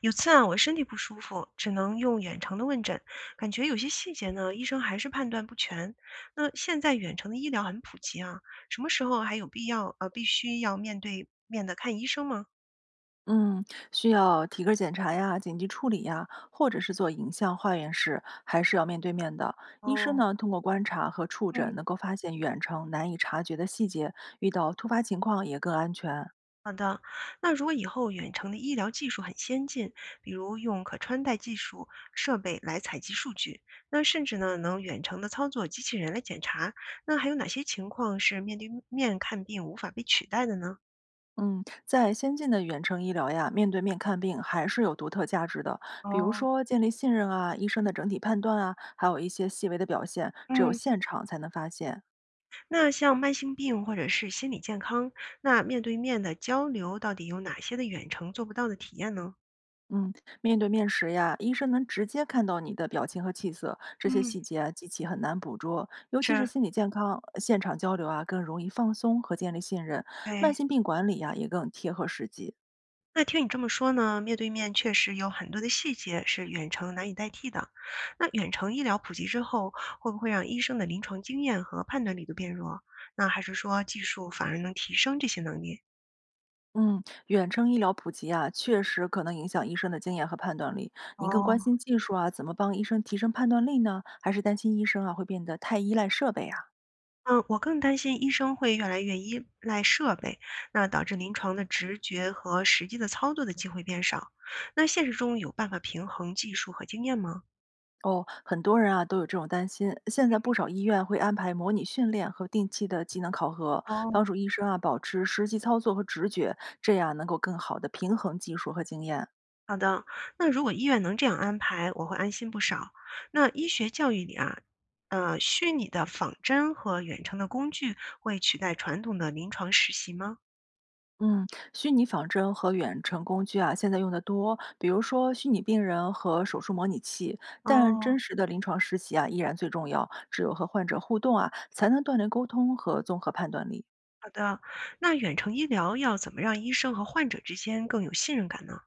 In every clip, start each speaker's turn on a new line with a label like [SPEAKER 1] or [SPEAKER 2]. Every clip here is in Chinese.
[SPEAKER 1] 有次啊，我身体不舒服，只能用远程的问诊，感觉有些细节呢，医生还是判断不全。那现在远程的医疗很普及啊，什么时候还有必要必须要面对面的看医生吗？
[SPEAKER 2] 嗯，需要体格检查呀、紧急处理呀，或者是做影像化验室，还是要面对面的。医生
[SPEAKER 1] 哦，
[SPEAKER 2] 呢，通过观察和触
[SPEAKER 1] 嗯，
[SPEAKER 2] 诊，能够发现远程难以察觉的细节，遇到突发情况也更安全。
[SPEAKER 1] 好的。那如果以后远程的医疗技术很先进，比如用可穿戴技术设备来采集数据，那甚至呢能远程的操作机器人来检查，那还有哪些情况是面对面看病无法被取代的呢？
[SPEAKER 2] 嗯，在先进的远程医疗呀，面对面看病还是有独特价值的。比如
[SPEAKER 1] 哦，
[SPEAKER 2] 说建立信任啊，医生的整体判断啊，还有一些细微的表现，只有
[SPEAKER 1] 嗯。
[SPEAKER 2] 现场才能发现。
[SPEAKER 1] 那像慢性病或者是心理健康，那面对面的交流到底有哪些的远程做不到的体验呢？
[SPEAKER 2] 嗯，面对面时呀，医生能直接看到你的表情和气色，这些
[SPEAKER 1] 嗯，
[SPEAKER 2] 细节啊，机器很难捕捉。尤
[SPEAKER 1] 是
[SPEAKER 2] 其是
[SPEAKER 1] 啊，
[SPEAKER 2] 心理健康，现场交流啊，更容易放松和建立信任。慢
[SPEAKER 1] 对。
[SPEAKER 2] 性病管理呀、也更贴合实际。
[SPEAKER 1] 那听你这么说呢，面对面确实有很多的细节是远程难以代替的。那远程医疗普及之后，会不会让医生的临床经验和判断力都变弱？那还是说技术反而能提升这些能力？
[SPEAKER 2] 嗯，远程医疗普及啊，确实可能影响医生的经验和判断力。你更
[SPEAKER 1] 哦，
[SPEAKER 2] 关心技术啊，怎么帮医生提升判断力呢？还是担心医生啊会变得太依赖设备啊？
[SPEAKER 1] 嗯，我更担心医生会越来越依赖设备，那导致临床的直觉和实际的操作的机会变少。那现实中有办法平衡技术和经验吗？
[SPEAKER 2] 哦，很多人啊都有这种担心。现在不少医院会安排模拟训练和定期的技能考核，
[SPEAKER 1] 哦，
[SPEAKER 2] 帮助医生啊保持实际操作和直觉，这样能够更好的平衡技术和经验。
[SPEAKER 1] 好的，那如果医院能这样安排，我会安心不少。那医学教育里啊，虚拟的仿真和远程的工具会取代传统的临床实习吗？
[SPEAKER 2] 嗯，虚拟仿真和远程工具啊，现在用的多，比如说虚拟病人和手术模拟器。但
[SPEAKER 1] 哦，
[SPEAKER 2] 真实的临床实习啊，依然最重要。只有和患者互动啊，才能锻炼沟通和综合判断力。
[SPEAKER 1] 好的，那远程医疗要怎么让医生和患者之间更有信任感呢？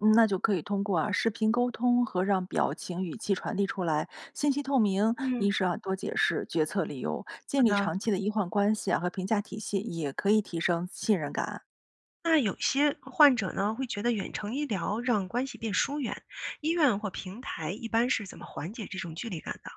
[SPEAKER 2] 嗯，那就可以通过啊视频沟通和让表情语气传递出来，信息透明。
[SPEAKER 1] 嗯，
[SPEAKER 2] 医生啊多解释决策理由，
[SPEAKER 1] 好
[SPEAKER 2] 建立
[SPEAKER 1] 的。
[SPEAKER 2] 长期的医患关系啊和评价体系，也可以提升信任感。
[SPEAKER 1] 那有些患者呢，会觉得远程医疗让关系变疏远，医院或平台一般是怎么缓解这种距离感的？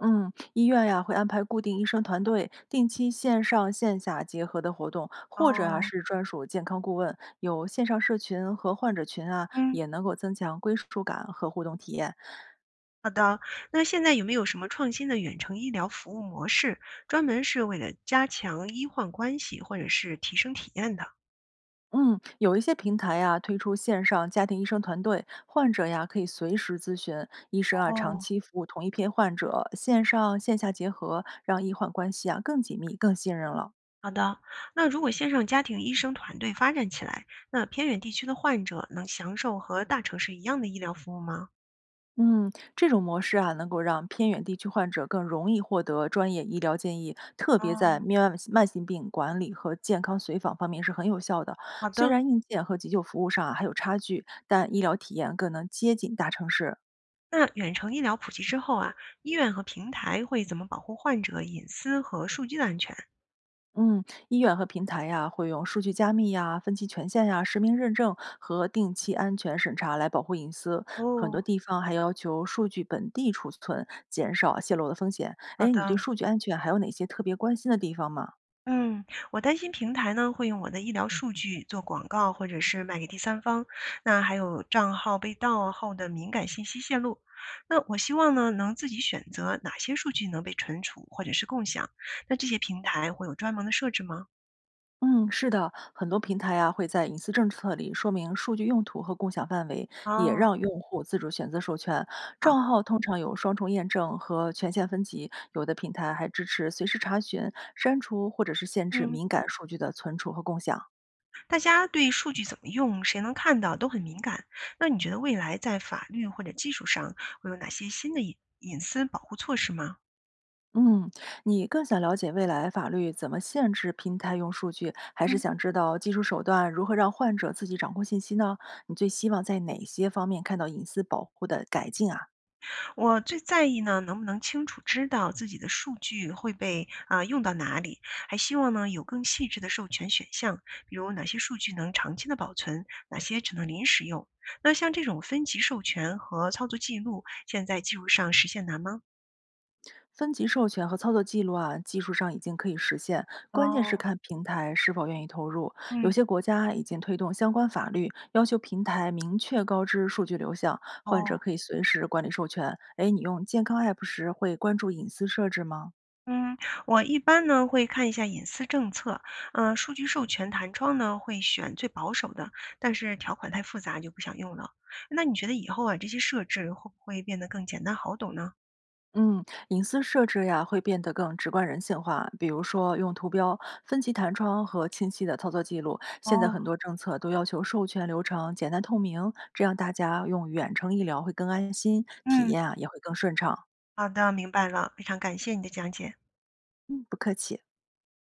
[SPEAKER 2] 嗯，医院呀、会安排固定医生团队，定期线上线下结合的活动，或者啊
[SPEAKER 1] 哦，
[SPEAKER 2] 是专属健康顾问，有线上社群和患者群啊，
[SPEAKER 1] 嗯，
[SPEAKER 2] 也能够增强归属感和互动体验。
[SPEAKER 1] 好的。那现在有没有什么创新的远程医疗服务模式，专门是为了加强医患关系或者是提升体验的？
[SPEAKER 2] 嗯，有一些平台呀、推出线上家庭医生团队，患者呀可以随时咨询医生啊，长
[SPEAKER 1] 哦，
[SPEAKER 2] 期服务同一批患者，线上线下结合，让医患关系啊更紧密、更信任了。
[SPEAKER 1] 好的。那如果线上家庭医生团队发展起来，那偏远地区的患者能享受和大城市一样的医疗服务吗？
[SPEAKER 2] 嗯，这种模式啊，能够让偏远地区患者更容易获得专业医疗建议，特别在
[SPEAKER 1] 哦，
[SPEAKER 2] 面慢性病管理和健康随访方面是很有效的。
[SPEAKER 1] 好
[SPEAKER 2] 虽
[SPEAKER 1] 的。
[SPEAKER 2] 然硬件和急救服务上啊还有差距，但医疗体验更能接近大城市。
[SPEAKER 1] 那远程医疗普及之后啊，医院和平台会怎么保护患者隐私和数据的安全？
[SPEAKER 2] 嗯，医院和平台呀，会用数据加密呀、分期权限呀、实名认证和定期安全审查来保护隐私。很多
[SPEAKER 1] 哦，
[SPEAKER 2] 地方还要求数据本地储存，减少泄露的风险。
[SPEAKER 1] 好
[SPEAKER 2] 哎，你对
[SPEAKER 1] 的，
[SPEAKER 2] 数据安全还有哪些特别关心的地方吗？
[SPEAKER 1] 嗯，我担心平台呢会用我的医疗数据做广告，或者是卖给第三方，那还有账号被盗后的敏感信息泄露。那我希望呢能自己选择哪些数据能被存储或者是共享。那这些平台会有专门的设置吗？
[SPEAKER 2] 嗯，是的，很多平台啊会在隐私政策里说明数据用途和共享范围，也
[SPEAKER 1] 哦，
[SPEAKER 2] 让用户自主选择授权。账号通常有双重验证和权限分级，有的平台还支持随时查询、删除或者是限制
[SPEAKER 1] 嗯。
[SPEAKER 2] 敏感数据的存储和共享。
[SPEAKER 1] 大家对数据怎么用、谁能看到都很敏感。那你觉得未来在法律或者技术上会有哪些新的隐私保护措施吗？
[SPEAKER 2] 嗯，你更想了解未来法律怎么限制平台用数据，还是
[SPEAKER 1] 嗯，
[SPEAKER 2] 想知道技术手段如何让患者自己掌控信息呢？你最希望在哪些方面看到隐私保护的改进啊？
[SPEAKER 1] 我最在意呢，能不能清楚知道自己的数据会被啊、用到哪里，还希望呢有更细致的授权选项，比如哪些数据能长期的保存，哪些只能临时用。那像这种分级授权和操作记录，现在技术上实现难吗？
[SPEAKER 2] 分级授权和操作记录啊，技术上已经可以实现，关键是
[SPEAKER 1] 哦，
[SPEAKER 2] 看平台是否愿意投入。有
[SPEAKER 1] 嗯，
[SPEAKER 2] 些国家已经推动相关法律，要求平台明确告知数据流向，患者
[SPEAKER 1] 哦，
[SPEAKER 2] 可以随时管理授权。诶，你用健康 App 时会关注隐私设置吗？
[SPEAKER 1] 嗯，我一般呢会看一下隐私政策，数据授权弹窗呢会选最保守的，但是条款太复杂就不想用了。那你觉得以后啊，这些设置会不会变得更简单好懂呢？
[SPEAKER 2] 嗯，隐私设置呀会变得更直观人性化，比如说用图标、分级弹窗和清晰的操作记录。现在
[SPEAKER 1] 哦，
[SPEAKER 2] 很多政策都要求授权流程简单透明，这样大家用远程医疗会更安心，体
[SPEAKER 1] 嗯，
[SPEAKER 2] 验啊也会更顺畅。
[SPEAKER 1] 好的，明白了，非常感谢你的讲解。
[SPEAKER 2] 嗯，不客气。